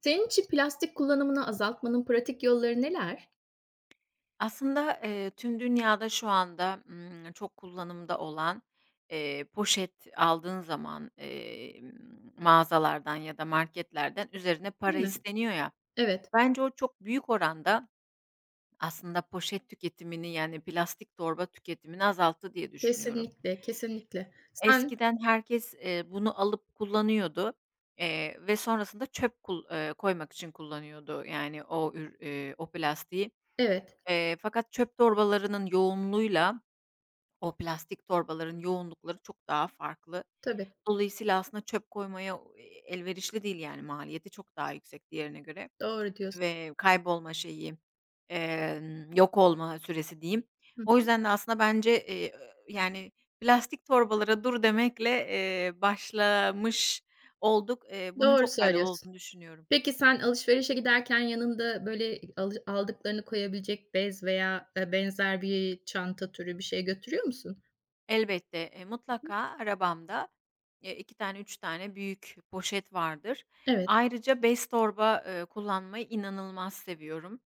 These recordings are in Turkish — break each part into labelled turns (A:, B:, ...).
A: Senin için plastik kullanımını azaltmanın pratik yolları neler?
B: Aslında, tüm dünyada şu anda, çok kullanımda olan, poşet aldığın zaman, mağazalardan ya da marketlerden üzerine
A: Değil
B: para
A: mi?
B: isteniyor ya,
A: Evet,
B: bence o çok büyük oranda aslında poşet tüketimini, yani, plastik torba tüketimini azalttı diye düşünüyorum.
A: kesinlikle, kesinlikle.
B: Eskiden herkes, bunu alıp kullanıyordu, ve sonrasında çöp kul koymak için kullanıyordu, yani, o plastiği.
A: Evet,
B: Fakat çöp torbalarının yoğunluğuyla o plastik torbaların yoğunlukları çok daha farklı.
A: tabii,
B: Dolayısıyla aslında çöp koymaya elverişli değil, yani, maliyeti çok daha yüksek diğerine göre
A: doğru diyorsun.
B: ve kaybolma şeyi, yok olma süresi diyeyim.
A: Hı.
B: O yüzden de aslında bence, yani, plastik torbalara dur demekle, başlamış olduk. Bunun
A: Doğru
B: çok faydalı
A: söylüyorsun.
B: olduğunu düşünüyorum.
A: Peki sen alışverişe giderken yanında, böyle, aldıklarını koyabilecek bez veya, benzer bir çanta türü bir şey götürüyor musun?
B: Elbette, mutlaka arabamda, 2 tane, 3 tane büyük poşet vardır.
A: Evet,
B: Ayrıca bez torba, kullanmayı inanılmaz seviyorum.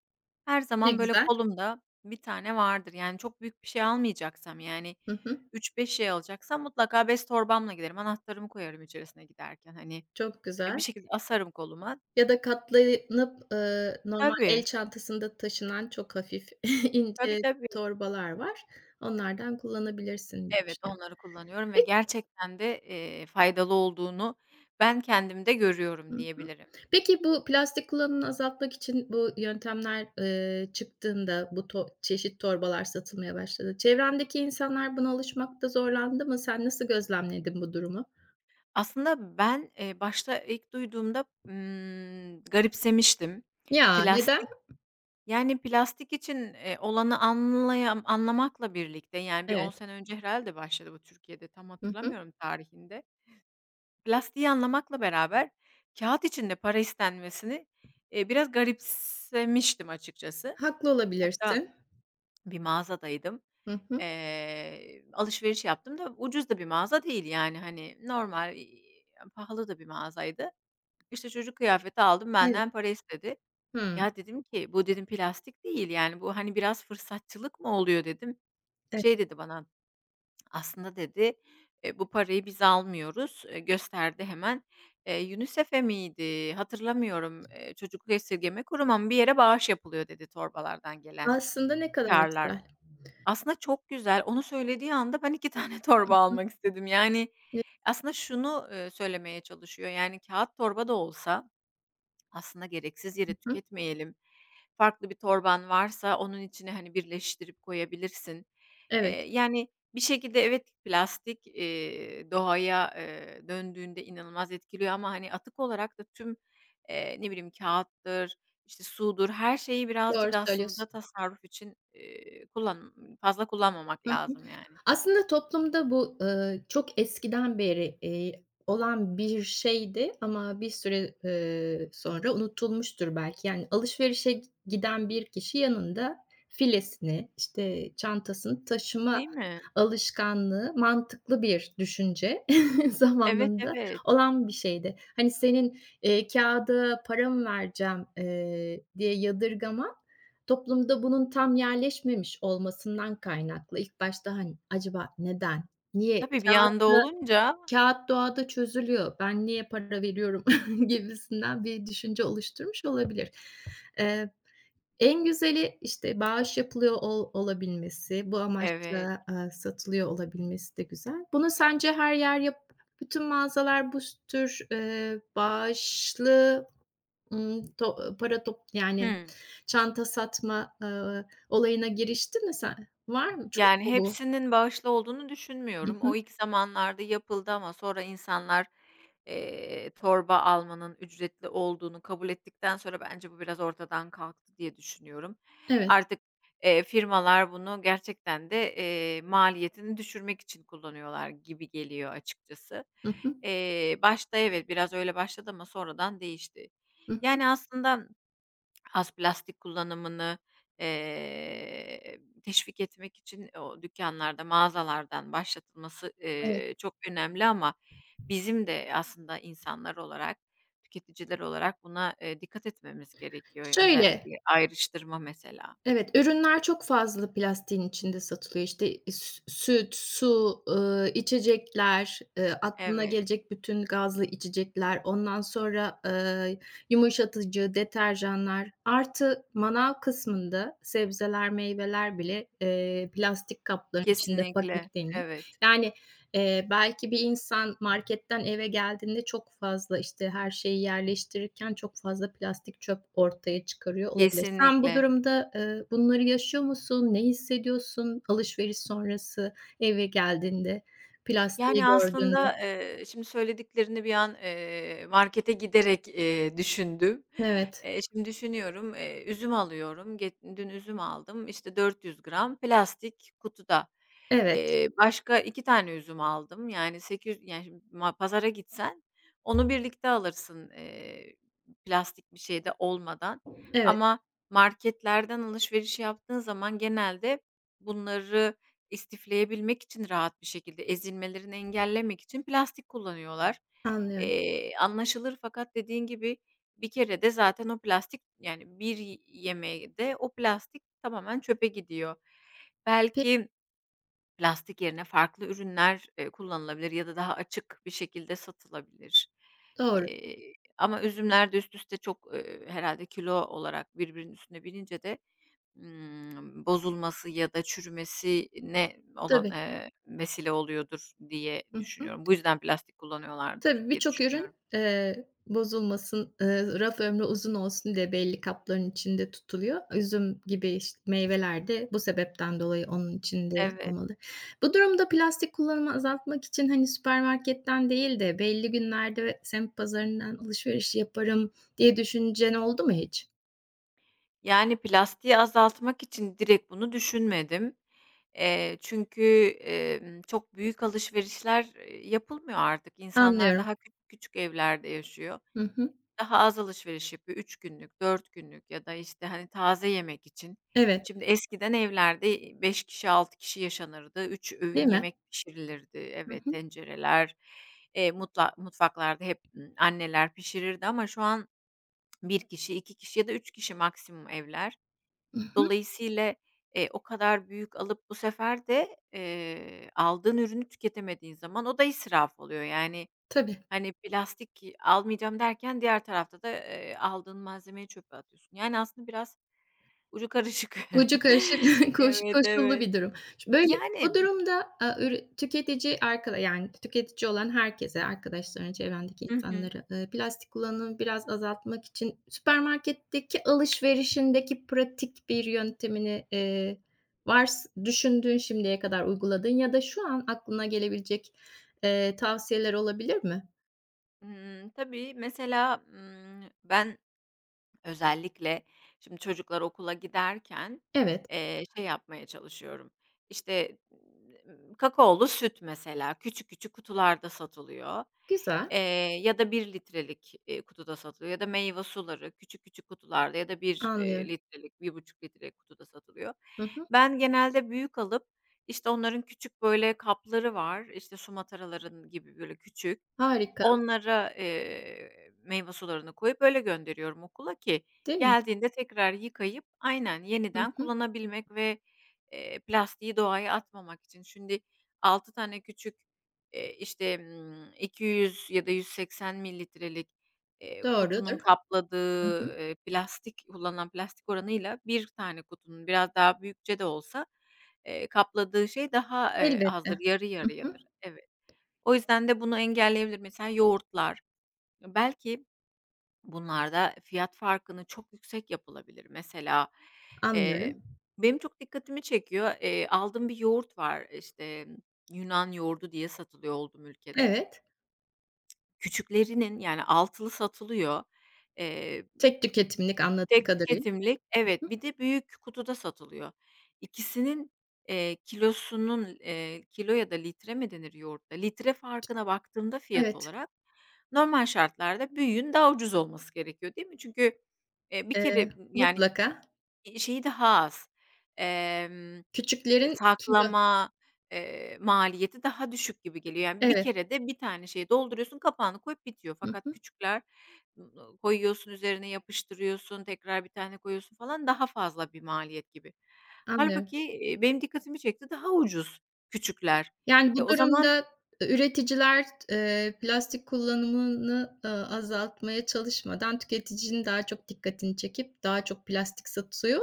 B: Her
A: ne
B: zaman böyle
A: güzel.
B: kolumda bir tane vardır. Yani, çok büyük bir şey almayacaksam, yani,
A: Hı hı,
B: üç beş şey alacaksam mutlaka bez torbamla giderim. Anahtarımı koyarım içerisine giderken, hani,
A: çok
B: bir
A: güzel.
B: şekilde asarım koluma.
A: Ya da katlanıp, normal
B: Tabii,
A: el çantasında taşınan çok hafif,
B: tabii,
A: ince
B: tabii.
A: torbalar var. Onlardan kullanabilirsin diye
B: Evet,
A: düşünüyorum.
B: onları kullanıyorum ve gerçekten de, faydalı olduğunu ben kendimde görüyorum
A: Hı hı.
B: diyebilirim.
A: Peki bu plastik kullanımını azaltmak için bu yöntemler, çıktığında, bu çeşit torbalar satılmaya başladı. Çevrendeki insanlar buna alışmakta zorlandı mı? Sen nasıl gözlemledin bu durumu?
B: Aslında ben, başta ilk duyduğumda, garipsemiştim.
A: Ya, neden?
B: Plastik, yani, plastik için, olanı anlamakla birlikte, yani, bir 10
A: Evet.
B: sene önce herhalde başladı bu Türkiye'de, tam
A: Hı hı.
B: hatırlamıyorum tarihinde. Plastiği anlamakla beraber kağıt için de para istenmesini, biraz garipsemiştim açıkçası.
A: Haklı
B: Hatta
A: olabilirsin.
B: bir mağazadaydım.
A: Hı hı.
B: Alışveriş yaptım da ucuz da bir mağaza değil, yani, hani, normal, pahalı da bir mağazaydı. İşte, çocuk kıyafeti aldım,
A: Evet.
B: benden para istedi.
A: Hımm.
B: Ya, dedim ki, "Bu" dedim, "plastik değil, yani, bu, hani, biraz fırsatçılık mı oluyor?" dedim.
A: Evet.
B: Şey dedi bana, "Aslında" dedi, bu parayı biz almıyoruz." Gösterdi hemen. UNICEF'e miydi, hatırlamıyorum, Çocuk Esirgeme Kurumu ama bir yere bağış yapılıyor dedi torbalardan gelen
A: Aslında ne kadar
B: karlar.
A: güzel.
B: Aslında çok güzel. Onu söylediği anda ben 2 tane
A: Hı
B: torba
A: hı.
B: almak istedim. Yani, aslında şunu, söylemeye çalışıyor, yani, kağıt torba da olsa aslında gereksiz yere
A: Hı hı.
B: tüketmeyelim. Farklı bir torban varsa onun içine, hani, birleştirip koyabilirsin.
A: Evet.
B: Yani, bir şekilde evet, plastik, doğaya, döndüğünde inanılmaz etkiliyor ama, hani, atık olarak da tüm, ne bileyim, kağıttır, işte, sudur, her şeyi
A: Doğru
B: birazcık aslında
A: söylüyorsun.
B: tasarruf için, fazla kullanmamak
A: Hı hı.
B: lazım, yani.
A: Aslında toplumda bu, çok eskiden beri, olan bir şeydi ama bir süre, sonra unutulmuştur belki. Yani alışverişe giden bir kişi yanında filesini, işte, çantasını taşıma
B: Değil mi?
A: alışkanlığı mantıklı bir düşünce
B: Evet,
A: zamanında
B: evet.
A: olan bir şeydi. Hani, senin, kağıda para mı vereceğim, diye yadırgaman. Toplumda bunun tam yerleşmemiş olmasından kaynaklı ilk başta, hani, acaba neden, niye,
B: Tabii, bir anda olunca.
A: kâğıt doğada çözülüyor, ben niye para veriyorum gibisinden bir düşünce oluşturmuş olabilir. Eee, en güzeli, işte, bağış yapılıyor olabilmesi, bu
B: Evet.
A: amaçla, satılıyor olabilmesi de güzel. Bunu sence her yer yap bütün mağazalar bu tür, bağışlı Imm, to para yani
B: Hı.
A: çanta satma, olayına girişti mi sen? Var mı? Çok
B: Yani,
A: mu bu?
B: hepsinin bağışlı olduğunu
A: Hı
B: düşünmüyorum.
A: hı.
B: O ilk zamanlarda yapıldı ama sonra insanlar, torba almanın ücretli olduğunu kabul ettikten sonra bence bu biraz ortadan kalktı diye düşünüyorum.
A: Evet.
B: Artık, firmalar bunu gerçekten de, maliyetini düşürmek için kullanıyorlar gibi geliyor açıkçası.
A: Hı hı.
B: Başta evet, biraz öyle başladı ama sonradan değişti.
A: Hı hı.
B: Yani, aslında az plastik kullanımını, teşvik etmek için o dükkanlarda, mağazalardan başlatılması,
A: Evet.
B: çok önemli ama bizim de aslında insanlar olarak, tüketiciler olarak buna, dikkat etmemiz gerekiyor.
A: Şöyle
B: Özellikle ayrıştırma mesela.
A: Evet, ürünler çok fazla plastiğin içinde satılıyor. İşte, süt, su, içecekler, aklına
B: Evet,
A: gelecek bütün gazlı içecekler, ondan sonra, yumuşatıcı, deterjanlar artı manav kısmında sebzeler, meyveler bile, plastik kapların içinde
B: kesinlikle.
A: paketleniyor.
B: Evet,
A: Yani, belki bir insan marketten eve geldiğinde çok fazla, işte, her şeyi yerleştirirken çok fazla plastik çöp ortaya çıkarıyor olabilir. Sen bu
B: kesinlikle.
A: durumda, bunları yaşıyor musun? Ne hissediyorsun alışveriş sonrası eve geldiğinde, plastiği
B: Yani,
A: gördüğünde?
B: aslında, şimdi söylediklerini bir an, markete giderek, düşündüm.
A: Evet,
B: Şimdi düşünüyorum, üzüm alıyorum. Dün üzüm aldım, işte, 400 gram plastik kutuda.
A: evet,
B: Başka 2 tane üzüm aldım. Yani, 800, yani, şimdi pazara gitsen onu birlikte alırsın, plastik bir şeyde olmadan.
A: evet,
B: Ama marketlerden alışveriş yaptığın zaman genelde bunları İstifleyebilmek için rahat bir şekilde, ezilmelerini engellemek için plastik kullanıyorlar.
A: anlıyorum.
B: Anlaşılır fakat dediğin gibi bir kere de zaten o plastik, yani, bir yemeğde o plastik tamamen çöpe gidiyor.
A: Peki,
B: Belki plastik yerine farklı ürünler, kullanılabilir ya da daha açık bir şekilde satılabilir.
A: doğru.
B: Eee, ama üzümler de üst üste çok, herhâlde kilo olarak birbirinin üstüne binince de bozulması ya da çürümesine olan,
A: Tabii.
B: vesile oluyordur diye
A: Hı hı.
B: düşünüyorum. Bu yüzden plastik kullanıyorlardır
A: Tabii,
B: diye
A: birçok ürün,
B: düşünüyorum.
A: bozulmasın, raf ömrü uzun olsun diye belli kapların içinde tutuluyor. Üzüm gibi, işte, meyveler de bu sebepten dolayı onun içinde
B: Evet.
A: olmalı. Bu durumda plastik kullanımı azaltmak için, hani, süpermarketten değil de belli günlerde ve semt pazarından alışveriş yaparım diye düşüncen oldu mu hiç?
B: Yani, plastiği azaltmak için direkt bunu düşünmedim. Çünkü, çok büyük alışverişler, yapılmıyor artık. İnsanlar
A: Anlıyorum.
B: daha küçük küçük evlerde yaşıyor.
A: Hı hı.
B: Daha az alışveriş yapıyor. Üç günlük, 4 günlük ya da, işte, hani, taze yemek için.
A: Evet,
B: Şimdi eskiden evlerde, beş kişi, 6 kişi yaşanırdı. Üç
A: değil
B: öğün
A: mi?
B: yemek pişirilirdi.
A: Hı
B: Evet,
A: hı.
B: tencereler, mutfaklarda hep, anneler pişirirdi ama şu an bir kişi, 2 kişi ya da 3 kişi maksimum evler.
A: Hı hı.
B: Dolayısıyla, o kadar büyük alıp bu sefer de, aldığın ürünü tüketemediğin zaman o da israf oluyor. Yani,
A: Tabii.
B: hani, plastik almayacağım derken diğer tarafta da, aldığın malzemeyi çöpe atıyorsun. Yani, aslında biraz ucu karışık.
A: Ucu karışık
B: Evet,
A: koşullu
B: evet.
A: bir durum. Böyle bu
B: Yani.
A: durumda, tüketici arka yani tüketici olan herkese, arkadaşlarına, çevrendeki
B: Hı hı.
A: insanlara, plastik kullanımı biraz azaltmak için süpermarketteki alışverişindeki pratik bir yöntemini, düşündüğün, şimdiye kadar uyguladığın ya da şu an aklına gelebilecek, tavsiyeler olabilir mi?
B: Tabii mesela, ben özellikle şimdi çocuklar okula giderken,
A: Evet,
B: şey yapmaya çalışıyorum, İşte kakaolu süt mesela küçük küçük kutularda satılıyor,
A: güzel,
B: eee, ya da bir litrelik, kutuda satılıyor ya da meyve suları küçük küçük kutularda ya da bir
A: anlıyorum.
B: litrelik, 1,5 litre kutuda satılıyor.
A: Hı hı.
B: Ben genelde büyük alıp, işte, onların küçük böyle kapları var, işte, su mataraların gibi böyle küçük.
A: Harika,
B: Onlara, meyve sularını koyup öyle gönderiyorum okula ki
A: değil mi?
B: geldiğinde tekrar yıkayıp aynen
A: Hı
B: yeniden
A: hı.
B: kullanabilmek ve, plastiği doğaya atmamak için. Şimdi 6 tane küçük, işte, 200 ya da 180 mililitrelik, kutunun
A: Doğrudur. Hı hı.
B: kapladığı, plastik kullanılan plastik oranıyla bir tane kutunun biraz daha büyükçe de olsa, kapladığı şey daha, azdır,
A: Elbette.
B: yarı
A: Hı hı.
B: yarıyadır. Evet. O yüzden de bunu engelleyebilir. Mesela yoğurtlar, belki bunlarda fiyat farkını çok yüksek yapılabilir. Mesela, eee,
A: Anlıyorum.
B: benim çok dikkatimi çekiyor. Aldığım bir yoğurt var, İşte Yunan yoğurdu diye satılıyor olduğum ülkede.
A: Evet.
B: Küçüklerinin, yani, altılı satılıyor. Eee
A: Tek tüketimlik anladığım
B: Tek
A: kadarıyla.
B: tüketimlik, evet, bir de büyük kutuda satılıyor. İkisinin, kilosunun, kilo ya da litre mi denir yoğurtta? Litre farkına baktığımda fiyat
A: Evet,
B: olarak normal şartlarda büyüğün daha ucuz olması gerekiyor, değil mi? Çünkü, bir
A: eee,
B: kere yani
A: mutlaka.
B: Şeyi daha az, emm,
A: Küçüklerin kilo.
B: saklama, maliyeti daha düşük gibi geliyor. Yani, bir
A: Evet.
B: kerede bir tane şeyi dolduruyorsun, kapağını koyup bitiyor.
A: Hı
B: Fakat
A: hı.
B: küçükler, koyuyorsun, üzerine yapıştırıyorsun, tekrar bir tane koyuyorsun falan, daha fazla bir maliyet gibi.
A: Anlıyorum.
B: Hâlbuki, benim dikkatimi çekti, daha ucuz küçükler.
A: Yani
B: E,
A: bu
B: o zaman
A: durumda, üreticiler, plastik kullanımını, azaltmaya çalışmadan tüketicinin daha çok dikkatini çekip daha çok plastik satıyor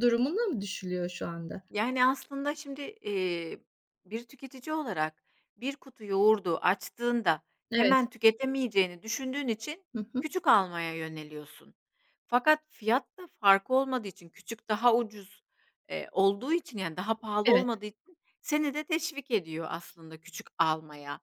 A: durumuna mı düşülüyor şu anda?
B: yani, aslında şimdi, bir tüketici olarak bir kutu yoğurdu açtığında
A: Evet.
B: hemen tüketemeyeceğini düşündüğün için
A: Hı hı.
B: küçük almaya yöneliyorsun. Fakat fiyat da farkı olmadığı için, küçük daha ucuz, olduğu için, yani, daha pahalı
A: Evet,
B: olmadığı için seni de teşvik ediyor aslında küçük almaya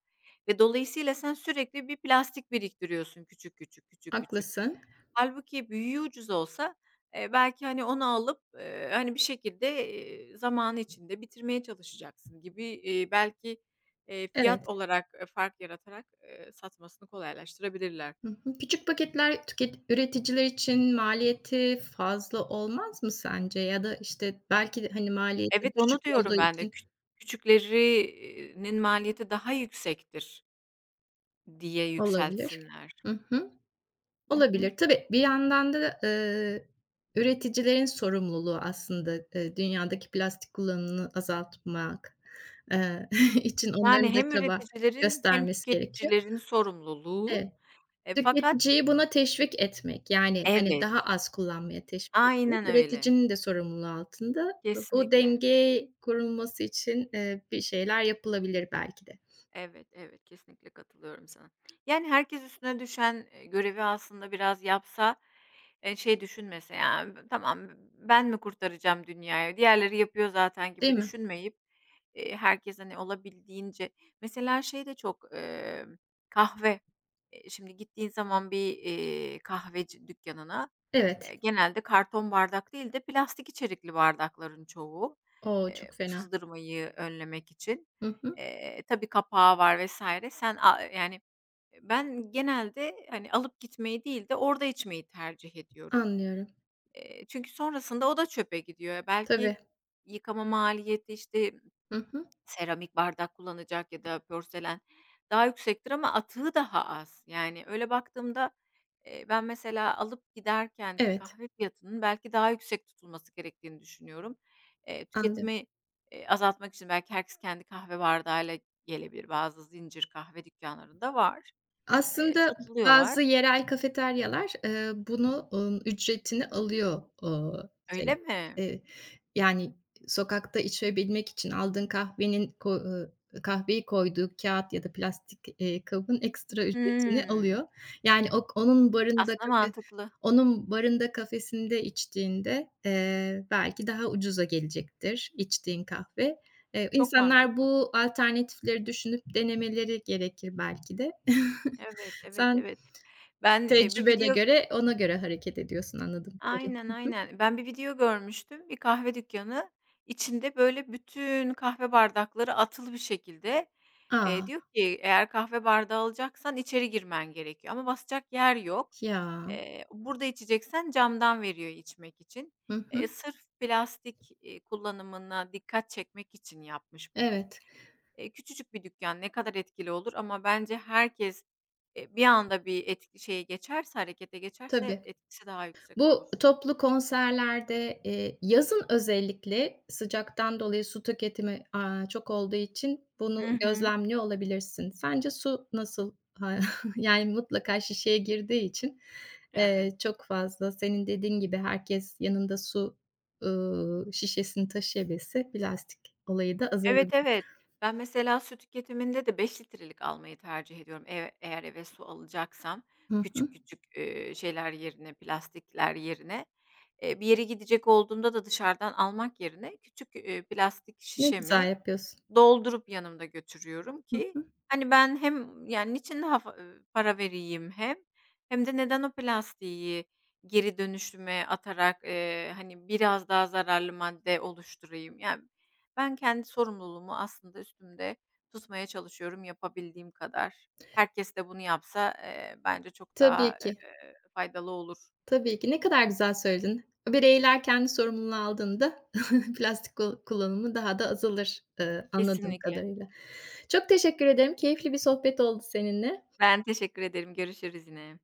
B: ve dolayısıyla sen sürekli bir plastik biriktiriyorsun küçük, küçük, küçük, küçük.
A: haklısın.
B: Halbuki büyüğü ucuz olsa, belki, hani, onu alıp, hani, bir şekilde, zamanı içinde bitirmeye çalışacaksın gibi, belki, fiyat
A: Evet.
B: olarak, fark yaratarak, satmasını kolaylaştırabilirler.
A: Hı hı. Küçük paketler üreticiler için maliyeti fazla olmaz mı sence? Ya da, işte, belki de, hani,
B: Evet,
A: maliyeti
B: onu
A: düşük olduğu
B: diyorum ben de.
A: için
B: Küçükleri maliyeti daha yüksektir diye
A: olabilir.
B: yükseltsinler.
A: Hı hı.
B: Hı hı.
A: Olabilir. Tabii, bir yandan da, üreticilerin sorumluluğu aslında, dünyadaki plastik kullanımını azaltmak, eee, için
B: Yani
A: onların da
B: hem
A: çaba
B: üreticilerin hem
A: göstermesi gerekiyor.
B: tüketicilerin sorumluluğu.
A: Evet.
B: E, fakat
A: Tüketiciyi buna teşvik etmek, yani, hani,
B: evet,
A: daha az kullanmaya teşvik etmek,
B: aynen öyle.
A: üreticinin de sorumluluğu altında. Bu
B: Kesinlikle.
A: denge kurulması için, bir şeyler yapılabilir belki de,
B: Evet, evet, kesinlikle katılıyorum sana. Yani, herkes üstüne düşen, görevi aslında biraz yapsa, şey düşünmese, yani "Tamam, ben mi kurtaracağım dünyayı, diğerleri yapıyor zaten."
A: değil
B: gibi
A: mi?
B: düşünmeyip, herkes, hani, olabildiğince mesela şey de çok, kahve. Şimdi gittiğin zaman bir, kahveci dükkânına,
A: Evet.
B: genelde karton bardak değil de plastik içerikli bardakların çoğu,
A: O, çok fena.
B: sızdırmayı önlemek için.
A: Hı hı.
B: Tabii kapağı var vesaire. Sen a yani, ben genelde, hani, alıp gitmeyi değil de orada içmeyi tercih ediyorum.
A: Anlıyorum.
B: Çünkü sonrasında o da çöpe gidiyor.
A: Tabii.
B: Belki yıkama maliyeti, işte,
A: Hı hı.
B: seramik bardak kullanacak ya da porselen daha yüksektir ama atığı daha az. Yani öyle baktığımda, ben mesela alıp giderken ki
A: Evet,
B: kahve fiyatının belki daha yüksek tutulması gerektiğini düşünüyorum.
A: anlıyorum.
B: Tüketimi, azaltmak için belki herkes kendi kahve bardağıyla gelebilir. Bazı zincir kahve dükkânlarında var. Eee,
A: Aslında
B: satılıyorlar.
A: bazı yerel kafeteryalar, bunu, ücretini alıyor,
B: Öyle
A: şey,
B: mi?
A: eee, yani, sokakta içebilmek için aldığın kahvenin kahveyi koyduğu kâğıt ya da plastik, kabın ekstra ücretini
B: Hımm.
A: alıyor. Yani, onun barında,
B: Aslında mantıklı.
A: onun barında, kafesinde içtiğinde, belki daha ucuza gelecektir içtiğin kahve.
B: Çok
A: İnsanlar
B: mantıklı.
A: bu alternatifleri düşünüp denemeleri gerekir belki de.
B: Evet, evet,
A: Sen
B: evet. Ben, bir
A: tecrübene
B: video
A: göre, ona göre hareket ediyorsun anladığım kadarıyla.
B: aynen, aynen. Ben bir video görmüştüm. Bir kahve dükkanı içinde, böyle, bütün kahve bardakları atılı bir şekilde.
A: A!
B: Diyor ki eğer kahve bardağı alacaksan içeri girmen gerekiyor ama basacak yer yok.
A: Ya.
B: Burada içeceksen camdan veriyor içmek için.
A: Hı
B: Eee,
A: hı.
B: sırf plastik, kullanımına dikkat çekmek için yapmış bunu.
A: Evet,
B: Küçücük bir dükkan ne kadar etkili olur ama bence herkes, bir anda bir etki şeye geçerse, harekete geçerse
A: tabii.
B: etkisi daha yüksek olur.
A: Bu toplu konserlerde, yazın özellikle sıcaktan dolayı su tüketimi, çok olduğu için bunu
B: Hı hı.
A: gözlemliyor olabilirsin. Sence su nasıl? Ha yani mutlaka şişeye girdiği için,
B: Evet.
A: çok fazla senin dediğin gibi herkes yanında su, şişesini taşıyabilse plastik olayı da
B: Evet,
A: azalabilir.
B: evet. Ben mesela su tüketiminde de 5 litrelik almayı tercih ediyorum. Eğer eve su alacaksam
A: Hı
B: küçük
A: hı.
B: küçük, şeyler yerine, plastikler yerine, bir yere gidecek olduğumda da dışarıdan almak yerine küçük, plastik
A: Ne güzel
B: şişemi
A: yapıyorsun.
B: doldurup yanımda götürüyorum
A: Hı
B: ki,
A: hı.
B: hani, ben hem, yani, niçin daha fa para vereyim hem, hem de neden o plastiği geri dönüşüme atarak, hani, biraz daha zararlı madde oluşturayım? Yani, ben kendi sorumluluğumu aslında üstümde tutmaya çalışıyorum yapabildiğim kadar. Herkes de bunu yapsa, bence çok
A: Tabii
B: daha,
A: ki,
B: faydalı olur.
A: tabii ki. Ne kadar güzel söyledin. Bireyler kendi sorumluluğunu aldığında plastik kullanımı daha da azalır, anladığım
B: Kesinlikle.
A: kadarıyla. Çok teşekkür ederim. Keyifli bir sohbet oldu seninle.
B: Ben teşekkür ederim. Görüşürüz yine.